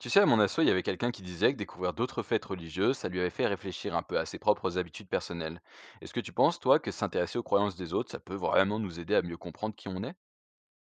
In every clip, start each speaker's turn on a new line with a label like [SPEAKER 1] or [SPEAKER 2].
[SPEAKER 1] Tu sais, à mon assaut, il y avait quelqu'un qui disait que découvrir d'autres fêtes religieuses, ça lui avait fait réfléchir un peu à ses propres habitudes personnelles. Est-ce que tu penses, toi, que s'intéresser aux croyances des autres, ça peut vraiment nous aider à mieux comprendre qui on est?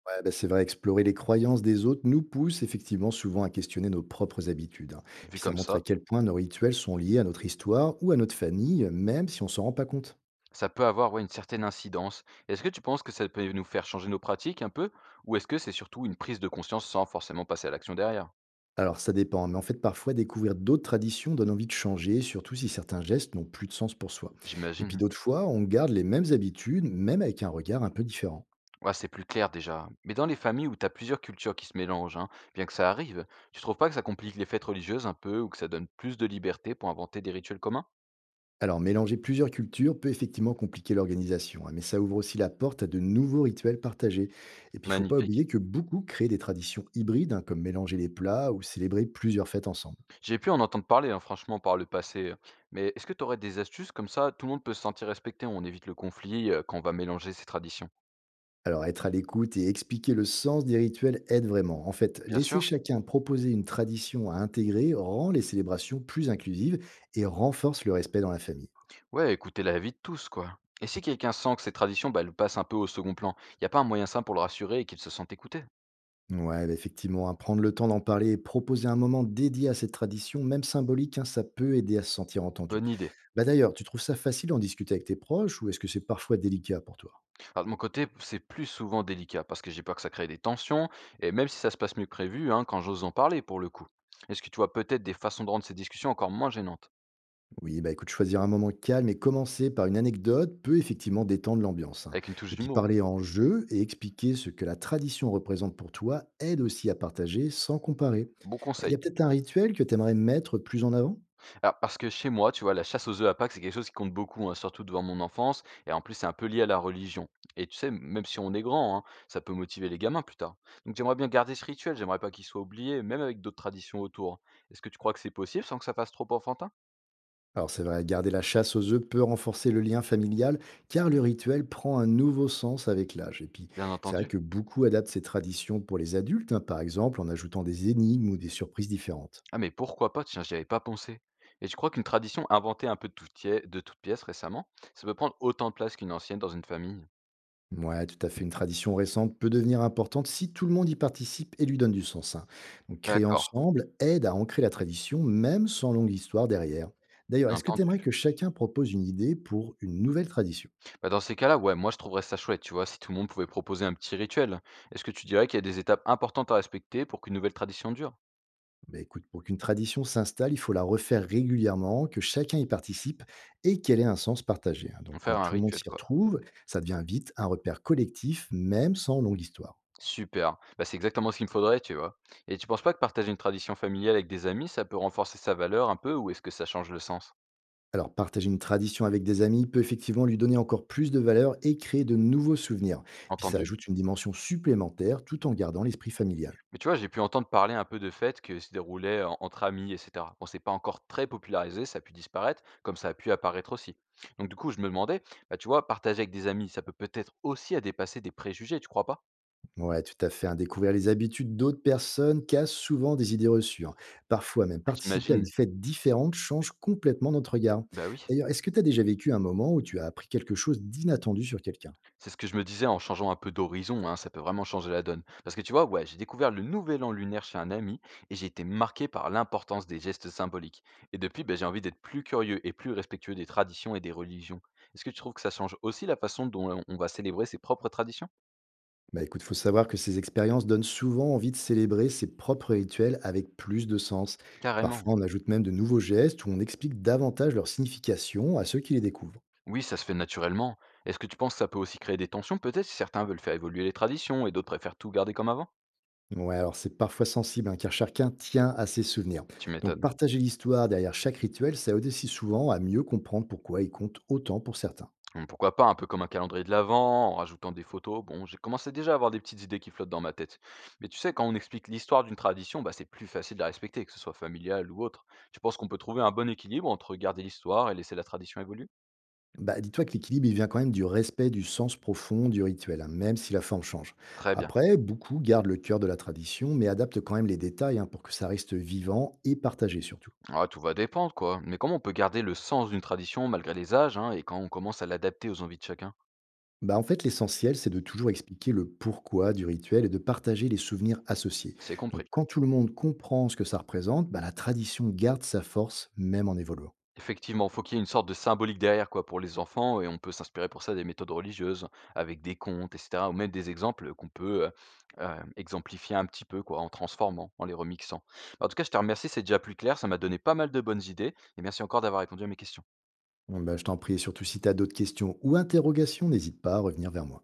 [SPEAKER 2] Ouais, bah, c'est vrai, explorer les croyances des autres nous pousse effectivement souvent à questionner nos propres habitudes. Hein.
[SPEAKER 1] Vu
[SPEAKER 2] Puis ça
[SPEAKER 1] comme
[SPEAKER 2] montre à
[SPEAKER 1] ça,
[SPEAKER 2] quel point nos rituels sont liés à notre histoire ou à notre famille, même si on s'en rend pas compte.
[SPEAKER 1] ça peut avoir, ouais, une certaine incidence. Est-ce que tu penses que ça peut nous faire changer nos pratiques un peu? Ou est-ce que c'est surtout une prise de conscience sans forcément passer à l'action derrière?
[SPEAKER 2] Alors ça dépend, hein, mais en fait parfois découvrir d'autres traditions donne envie de changer, surtout si certains gestes n'ont plus de sens pour soi. Et puis
[SPEAKER 1] J'imagine.
[SPEAKER 2] d'autres fois, on garde les mêmes habitudes, même avec un regard un peu différent.
[SPEAKER 1] Ouais, c'est plus clair déjà. Mais dans les familles où t'as plusieurs cultures qui se mélangent, hein, bien que ça arrive, tu trouves pas que ça complique les fêtes religieuses un peu ou que ça donne plus de liberté pour inventer des rituels communs?
[SPEAKER 2] Alors, mélanger plusieurs cultures peut effectivement compliquer l'organisation, hein, mais ça ouvre aussi la porte à de nouveaux rituels partagés. Et puis, il ne faut pas
[SPEAKER 1] Magnifique.
[SPEAKER 2] oublier que beaucoup créent des traditions hybrides, hein, comme mélanger les plats ou célébrer plusieurs fêtes ensemble.
[SPEAKER 1] J'ai pu en entendre parler, hein, franchement, par le passé. Mais est-ce que tu aurais des astuces comme ça, tout le monde peut se sentir respecté, on évite le conflit quand on va mélanger ces traditions?
[SPEAKER 2] Alors, être à l'écoute et expliquer le sens des rituels aide vraiment. En fait,
[SPEAKER 1] Bien
[SPEAKER 2] laisser
[SPEAKER 1] sûr.
[SPEAKER 2] chacun proposer une tradition à intégrer rend les célébrations plus inclusives et renforce le respect dans la famille.
[SPEAKER 1] Ouais, écoutez la vie de tous, quoi. Et si quelqu'un sent que ces traditions, bah, elles passent un peu au second plan, y a pas un moyen simple pour le rassurer et qu'il se sente écouté?
[SPEAKER 2] Ouais, bah, effectivement, hein, prendre le temps d'en parler et proposer un moment dédié à cette tradition, même symbolique, hein, ça peut aider à se sentir entendu.
[SPEAKER 1] Bonne idée.
[SPEAKER 2] Bah, d'ailleurs, tu trouves ça facile d'en discuter avec tes proches ou est-ce que c'est parfois délicat pour toi?
[SPEAKER 1] Alors, de mon côté, c'est plus souvent délicat parce que j'ai peur que ça crée des tensions, et même si ça se passe mieux que prévu, hein, quand j'ose en parler, pour le coup. Est-ce que tu vois peut-être des façons de rendre ces discussions encore moins gênantes,
[SPEAKER 2] Oui, bah, écoute, choisir un moment calme et commencer par une anecdote peut effectivement détendre l'ambiance, hein.
[SPEAKER 1] avec une touche
[SPEAKER 2] Et puis
[SPEAKER 1] d'humour?
[SPEAKER 2] parler en jeu et expliquer ce que la tradition représente pour toi aide aussi à partager sans comparer.
[SPEAKER 1] Bon
[SPEAKER 2] Bah, il y a
[SPEAKER 1] conseil.
[SPEAKER 2] peut-être un rituel que tu aimerais mettre plus en avant?
[SPEAKER 1] Alors, parce que chez moi, tu vois, la chasse aux œufs à Pâques, c'est quelque chose qui compte beaucoup, hein, surtout devant mon enfance. Et en plus, c'est un peu lié à la religion. Et tu sais, même si on est grand, hein, ça peut motiver les gamins plus tard. Donc, j'aimerais bien garder ce rituel, j'aimerais pas qu'il soit oublié, même avec d'autres traditions autour. Est-ce que tu crois que c'est possible sans que ça fasse trop enfantin?
[SPEAKER 2] Alors c'est vrai, garder la chasse aux œufs peut renforcer le lien familial car le rituel prend un nouveau sens avec l'âge. Et puis
[SPEAKER 1] Bien
[SPEAKER 2] c'est vrai
[SPEAKER 1] entendu.
[SPEAKER 2] que beaucoup adaptent ces traditions pour les adultes, hein, par exemple en ajoutant des énigmes ou des surprises différentes.
[SPEAKER 1] Ah, mais pourquoi pas? Tiens, j'y avais pas pensé. Et tu crois qu'une tradition inventée un peu de toute pièce récemment, ça peut prendre autant de place qu'une ancienne dans une famille?
[SPEAKER 2] Ouais, tout à fait. Une tradition récente peut devenir importante si tout le monde y participe et lui donne du sens. Hein. Donc, créer
[SPEAKER 1] D'accord,
[SPEAKER 2] ensemble aide à ancrer la tradition, même sans longue histoire derrière. D'ailleurs,
[SPEAKER 1] bien
[SPEAKER 2] est-ce que tu
[SPEAKER 1] entendu.
[SPEAKER 2] aimerais que chacun propose une idée pour une nouvelle tradition?
[SPEAKER 1] Bah, dans ces cas-là, ouais, moi je trouverais ça chouette, tu vois, si tout le monde pouvait proposer un petit rituel. Est-ce que tu dirais qu'il y a des étapes importantes à respecter pour qu'une nouvelle tradition dure?
[SPEAKER 2] Ben, écoute, pour qu'une tradition s'installe, il faut la refaire régulièrement, que chacun y participe et qu'elle ait un sens partagé. Hein. Donc, quand
[SPEAKER 1] Faire un
[SPEAKER 2] tout le monde
[SPEAKER 1] rituel,
[SPEAKER 2] s'y
[SPEAKER 1] quoi.
[SPEAKER 2] retrouve, ça devient vite un repère collectif, même sans longue histoire.
[SPEAKER 1] Super. Bah, c'est exactement ce qu'il me faudrait, tu vois. Et tu penses pas que partager une tradition familiale avec des amis, ça peut renforcer sa valeur un peu, ou est-ce que ça change le sens?
[SPEAKER 2] Alors, partager une tradition avec des amis peut effectivement lui donner encore plus de valeur et créer de nouveaux souvenirs. Puis ça
[SPEAKER 1] Entendu.
[SPEAKER 2] ajoute une dimension supplémentaire tout en gardant l'esprit familial.
[SPEAKER 1] Mais tu vois, j'ai pu entendre parler un peu de fêtes que se déroulaient entre amis, etc. Bon, c'est pas encore très popularisé, ça a pu disparaître, comme ça a pu apparaître aussi. Donc du coup, je me demandais, bah tu vois, partager avec des amis, ça peut peut-être aussi à dépasser des préjugés, tu crois pas?
[SPEAKER 2] Ouais, tout à fait. Hein. Découvrir les habitudes d'autres personnes casse souvent des idées reçues. Hein. Parfois même,
[SPEAKER 1] Ah,
[SPEAKER 2] participer à une
[SPEAKER 1] j'imagine.
[SPEAKER 2] fête différente change complètement notre regard.
[SPEAKER 1] Bah oui,
[SPEAKER 2] D'ailleurs, est-ce que tu as déjà vécu un moment où tu as appris quelque chose d'inattendu sur quelqu'un?
[SPEAKER 1] c'est ce que je me disais en changeant un peu d'horizon, hein, ça peut vraiment changer la donne. Parce que tu vois, ouais, j'ai découvert le nouvel an lunaire chez un ami et j'ai été marqué par l'importance des gestes symboliques. Et depuis, ben, j'ai envie d'être plus curieux et plus respectueux des traditions et des religions. Est-ce que tu trouves que ça change aussi la façon dont on va célébrer ses propres traditions?
[SPEAKER 2] Bah écoute, faut savoir que ces expériences donnent souvent envie de célébrer ses propres rituels avec plus de sens.
[SPEAKER 1] Carrément.
[SPEAKER 2] Parfois, on ajoute même de nouveaux gestes ou on explique davantage leur signification à ceux qui les découvrent.
[SPEAKER 1] Oui, ça se fait naturellement. Est-ce que tu penses que ça peut aussi créer des tensions, peut-être, si certains veulent faire évoluer les traditions et d'autres préfèrent tout garder comme avant?
[SPEAKER 2] Ouais, alors c'est parfois sensible, hein, car chacun tient à ses souvenirs.
[SPEAKER 1] Tu
[SPEAKER 2] Donc
[SPEAKER 1] m'étonnes.
[SPEAKER 2] partager l'histoire derrière chaque rituel, ça aide aussi souvent à mieux comprendre pourquoi il compte autant pour certains.
[SPEAKER 1] Donc pourquoi pas, un peu comme un calendrier de l'avent, en rajoutant des photos. Bon, j'ai commencé déjà à avoir des petites idées qui flottent dans ma tête. Mais tu sais, quand on explique l'histoire d'une tradition, bah, c'est plus facile de la respecter, que ce soit familial ou autre. Tu penses qu'on peut trouver un bon équilibre entre garder l'histoire et laisser la tradition évoluer?
[SPEAKER 2] Bah, dis-toi que l'équilibre, il vient quand même du respect du sens profond du rituel, hein, même si la forme change.
[SPEAKER 1] Très bien.
[SPEAKER 2] Après, beaucoup gardent le cœur de la tradition, mais adaptent quand même les détails hein, pour que ça reste vivant et partagé surtout.
[SPEAKER 1] Ah, tout va dépendre, quoi. Mais comment on peut garder le sens d'une tradition malgré les âges, hein, et quand on commence à l'adapter aux envies de chacun?
[SPEAKER 2] Bah, en fait, l'essentiel, c'est de toujours expliquer le pourquoi du rituel et de partager les souvenirs associés.
[SPEAKER 1] C'est
[SPEAKER 2] Donc,
[SPEAKER 1] compris.
[SPEAKER 2] quand tout le monde comprend ce que ça représente, bah, la tradition garde sa force, même en évoluant.
[SPEAKER 1] Effectivement, faut qu'il y ait une sorte de symbolique derrière quoi pour les enfants et on peut s'inspirer pour ça des méthodes religieuses avec des contes et cetera ou même des exemples qu'on peut, exemplifier un petit peu quoi en transformant, en les remixant. En tout cas, je te remercie, c'est déjà plus clair, ça m'a donné pas mal de bonnes idées et merci encore d'avoir répondu à mes questions.
[SPEAKER 2] Bon, bah, je t'en prie, et surtout si tu as d'autres questions ou interrogations, n'hésite pas à revenir vers moi.